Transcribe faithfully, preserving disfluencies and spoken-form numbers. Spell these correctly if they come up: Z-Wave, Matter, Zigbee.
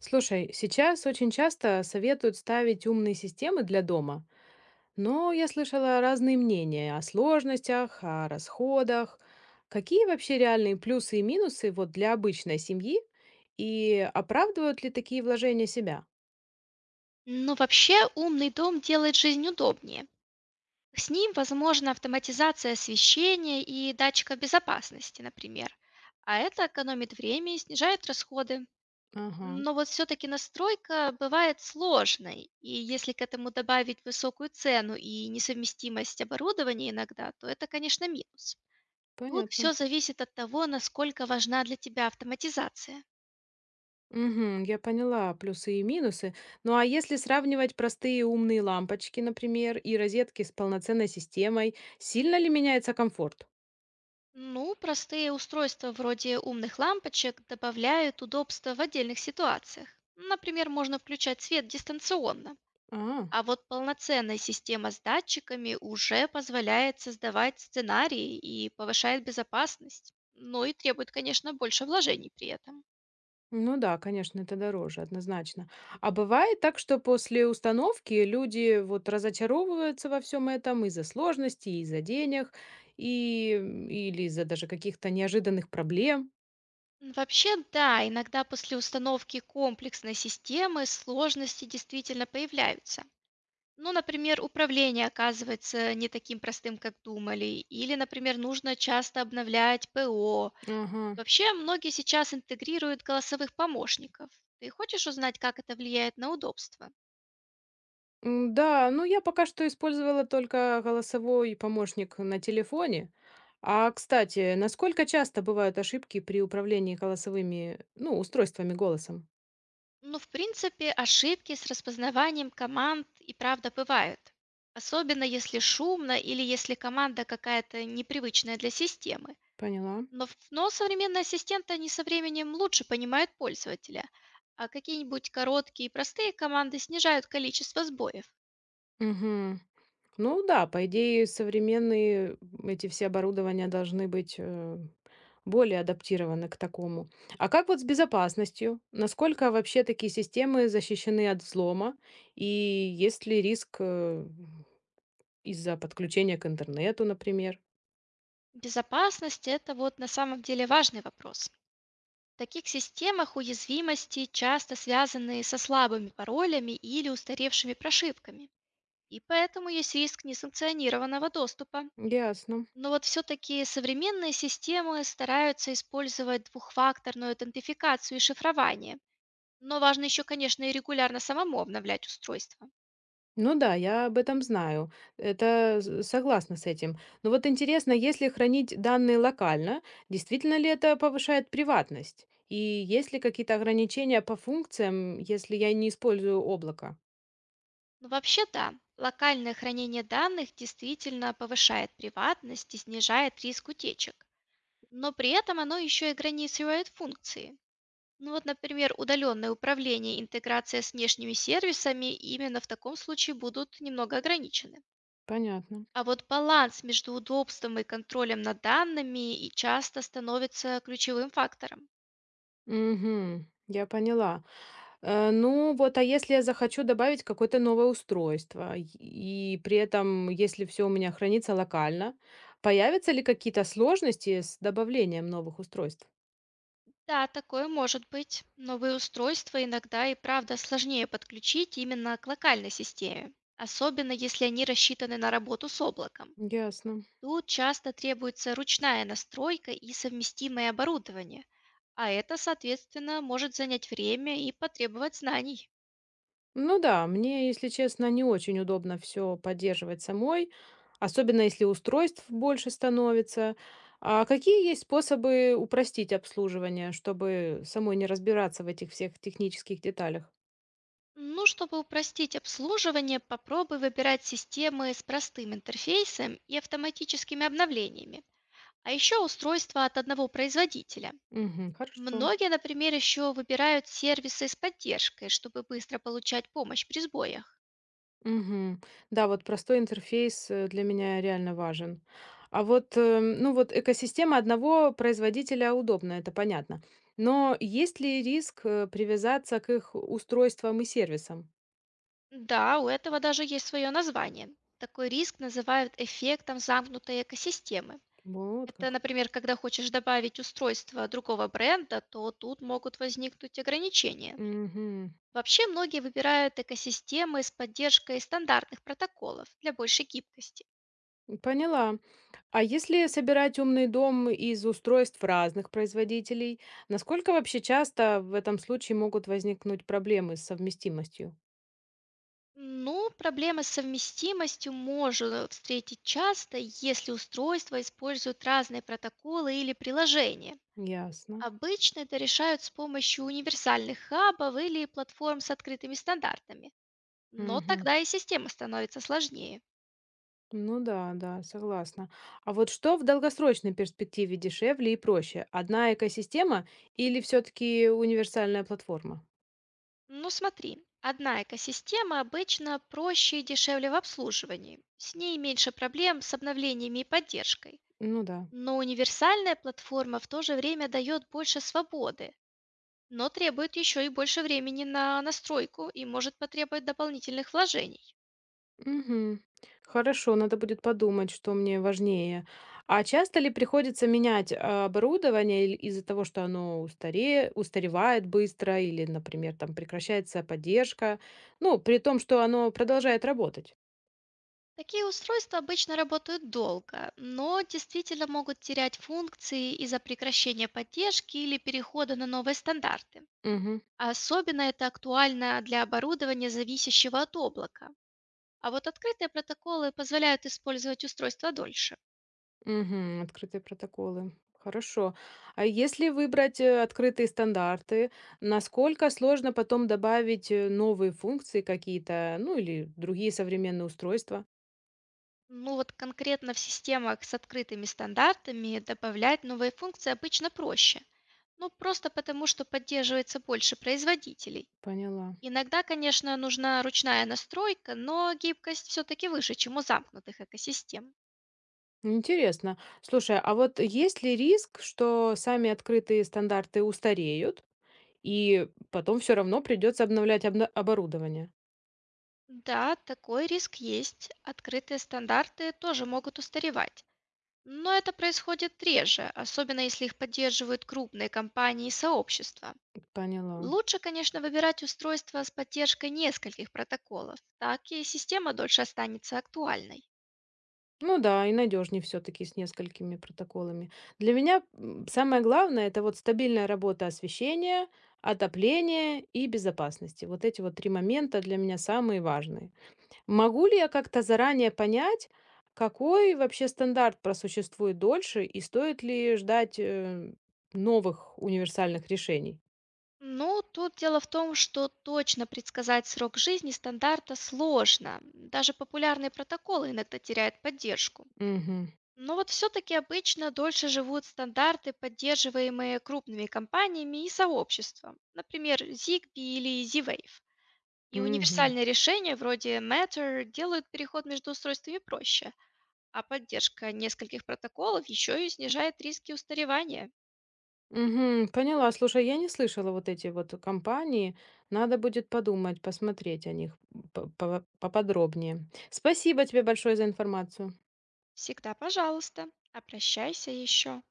Слушай, сейчас очень часто советуют ставить умные системы для дома, но я слышала разные мнения о сложностях, о расходах. Какие вообще реальные плюсы и минусы вот для обычной семьи? И оправдывают ли такие вложения себя? Ну, вообще, умный дом делает жизнь удобнее. С ним возможна автоматизация освещения и датчика безопасности, например. А это экономит время и снижает расходы. Ага, Но вот все-таки настройка бывает сложной, и если к этому добавить высокую цену и несовместимость оборудования иногда, то это, конечно, минус. Тут понятно. все зависит от того, насколько важна для тебя автоматизация. Мгм, я поняла плюсы и минусы. Ну а если сравнивать простые умные лампочки, например, и розетки с полноценной системой, сильно ли меняется комфорт? Ну, простые устройства вроде умных лампочек добавляют удобства в отдельных ситуациях. Например, можно включать свет дистанционно. А. А вот полноценная система с датчиками уже позволяет создавать сценарии и повышает безопасность. Ну и требует, конечно, больше вложений при этом. Ну да, конечно, это дороже, однозначно. А бывает так, что после установки люди вот разочаровываются во всем этом из-за сложностей, из-за денег, и, м, или из-за даже каких-то неожиданных проблем. Вообще, да, иногда после установки комплексной системы сложности действительно появляются. Ну, например, управление оказывается не таким простым, как думали, или, например, нужно часто обновлять п о. Ага. Вообще, многие сейчас интегрируют голосовых помощников. Ты хочешь узнать, как это влияет на удобство? М, Да, ну я пока что использовала только голосовой помощник на телефоне. А, кстати, насколько часто бывают ошибки при управлении голосовыми, ну, устройствами голосом? Ну, в принципе, ошибки с распознаванием команд и правда бывают. Особенно если шумно или если команда какая-то непривычная для системы. Поняла. Но, в- но современные ассистенты, они со временем лучше понимают пользователя, а какие-нибудь короткие и простые команды снижают количество сбоев. Мгм. Ну да, по идее, современные эти все оборудования должны быть э, более адаптированы к такому. А как вот с безопасностью? Насколько вообще такие системы защищены от взлома? И есть ли риск э, из-за подключения к интернету, например? Безопасность – это вот на самом деле важный вопрос. В таких системах уязвимости часто связаны со слабыми паролями или устаревшими прошивками, и поэтому есть риск несанкционированного доступа. Ясно. Но вот все-таки современные системы стараются использовать двухфакторную аутентификацию и шифрование, но важно еще, конечно, и регулярно самому обновлять устройство. Ну да, я об этом знаю. Это з- согласна с этим. Но вот интересно, если хранить данные локально, действительно ли это повышает приватность? И есть ли какие-то ограничения по функциям, если я не использую облако? Но вообще да, локальное хранение данных действительно повышает приватность и снижает риск утечек. Но при этом оно еще и границирует функции. Ну вот, например, удаленное управление, и интеграция с внешними сервисами именно в таком случае будут немного ограничены. Понятно. А вот баланс между удобством и контролем над данными и часто становится ключевым фактором. Угу, я поняла. Э, ну вот, а если я захочу добавить какое-то новое устройство, и и при этом, если все у меня хранится локально, появятся ли какие-то сложности с добавлением новых устройств? Да, такое может быть. Новые устройства иногда и правда сложнее подключить именно к локальной системе, особенно если они рассчитаны на работу с облаком. Ясно. Тут часто требуется ручная настройка и совместимое оборудование, а это, соответственно, может занять время и потребовать знаний. Ну да, мне, если честно, не очень удобно все поддерживать самой, особенно если устройств больше становится. А какие есть способы упростить обслуживание, чтобы самой не разбираться в этих всех технических деталях? Ну, чтобы упростить обслуживание, попробуй выбирать системы с простым интерфейсом и автоматическими обновлениями, а еще устройства от одного производителя. Мгм, хорошо. Многие, например, еще выбирают сервисы с поддержкой, чтобы быстро получать помощь при сбоях. Мгм. Да, вот простой интерфейс э, для меня реально важен. А вот, эм, ну вот экосистема одного производителя удобна, это понятно. Но есть ли риск э, привязаться к их устройствам и сервисам? Да, у этого даже есть свое название. Такой риск называют эффектом замкнутой экосистемы. Вот Это, как. например, когда хочешь добавить устройство другого бренда, то тут могут возникнуть ограничения. Мгм. Вообще многие выбирают экосистемы с поддержкой стандартных протоколов для большей гибкости. Поняла. А если собирать умный дом из устройств разных производителей, насколько вообще часто в этом случае могут возникнуть проблемы с совместимостью? Ну, проблемы с совместимостью можно встретить часто, если устройства используют разные протоколы или приложения. Ясно. Обычно это решают с помощью универсальных хабов или платформ с открытыми стандартами. Но Мгм. тогда и система становится сложнее. Ну да, да, согласна. А вот что в долгосрочной перспективе дешевле и проще? Одна экосистема или все-таки универсальная платформа? Ну смотри, одна экосистема обычно проще и дешевле в обслуживании. С ней меньше проблем с обновлениями и поддержкой. Ну да. Но универсальная платформа в то же время дает больше свободы, но требует еще и больше времени на настройку и может потребовать дополнительных вложений. Мгм. Хорошо, надо будет подумать, что мне важнее. А часто ли приходится менять а, оборудование или из-за того, что оно устаре... устаревает быстро или, например, там прекращается поддержка, ну, при том, что оно продолжает работать? Такие устройства обычно работают долго, но действительно могут терять функции из-за прекращения поддержки или перехода на новые стандарты. Угу, А особенно это актуально для оборудования, зависящего от облака. А вот открытые протоколы позволяют использовать устройства дольше. угу. Открытые протоколы. Хорошо. А если выбрать э, открытые стандарты, насколько сложно потом добавить э, новые функции какие-то, ну или другие современные устройства? Ну вот конкретно в системах с открытыми стандартами добавлять новые функции обычно проще, ну, просто потому, что поддерживается больше производителей. Поняла. Иногда, конечно, нужна ручная настройка, но гибкость все-таки выше, чем у замкнутых экосистем. Интересно. Слушай, а вот есть ли риск, что сами открытые стандарты устареют, и потом все равно придется обновлять обна- оборудование? Да, такой риск есть. Открытые стандарты тоже могут устаревать. Но это происходит реже, особенно если их поддерживают крупные компании и сообщества. Поняла. Лучше, конечно, выбирать устройство с поддержкой нескольких протоколов, так и система дольше останется актуальной. Ну да, и надежнее все-таки с несколькими протоколами. Для меня м, самое главное это вот стабильная работа освещения, отопления и безопасности. Вот эти вот три момента для меня самые важные. Могу ли я как-то заранее понять, какой вообще стандарт просуществует дольше и стоит ли ждать э, новых универсальных решений? Ну, тут дело в том, что точно предсказать срок жизни стандарта сложно. Даже популярные протоколы иногда теряют поддержку. Мгм. Но вот все-таки обычно дольше живут стандарты, поддерживаемые крупными компаниями и сообществом, например, зигби или зи вейв. И Мгм. универсальные решения вроде мэттер делают переход между устройствами проще, а поддержка нескольких протоколов еще и снижает риски устаревания. Мгм. Поняла. Слушай, я не слышала вот эти вот компании. Надо будет подумать, посмотреть о них п- по- поподробнее. Спасибо тебе большое за информацию. Всегда, пожалуйста, обращайся еще.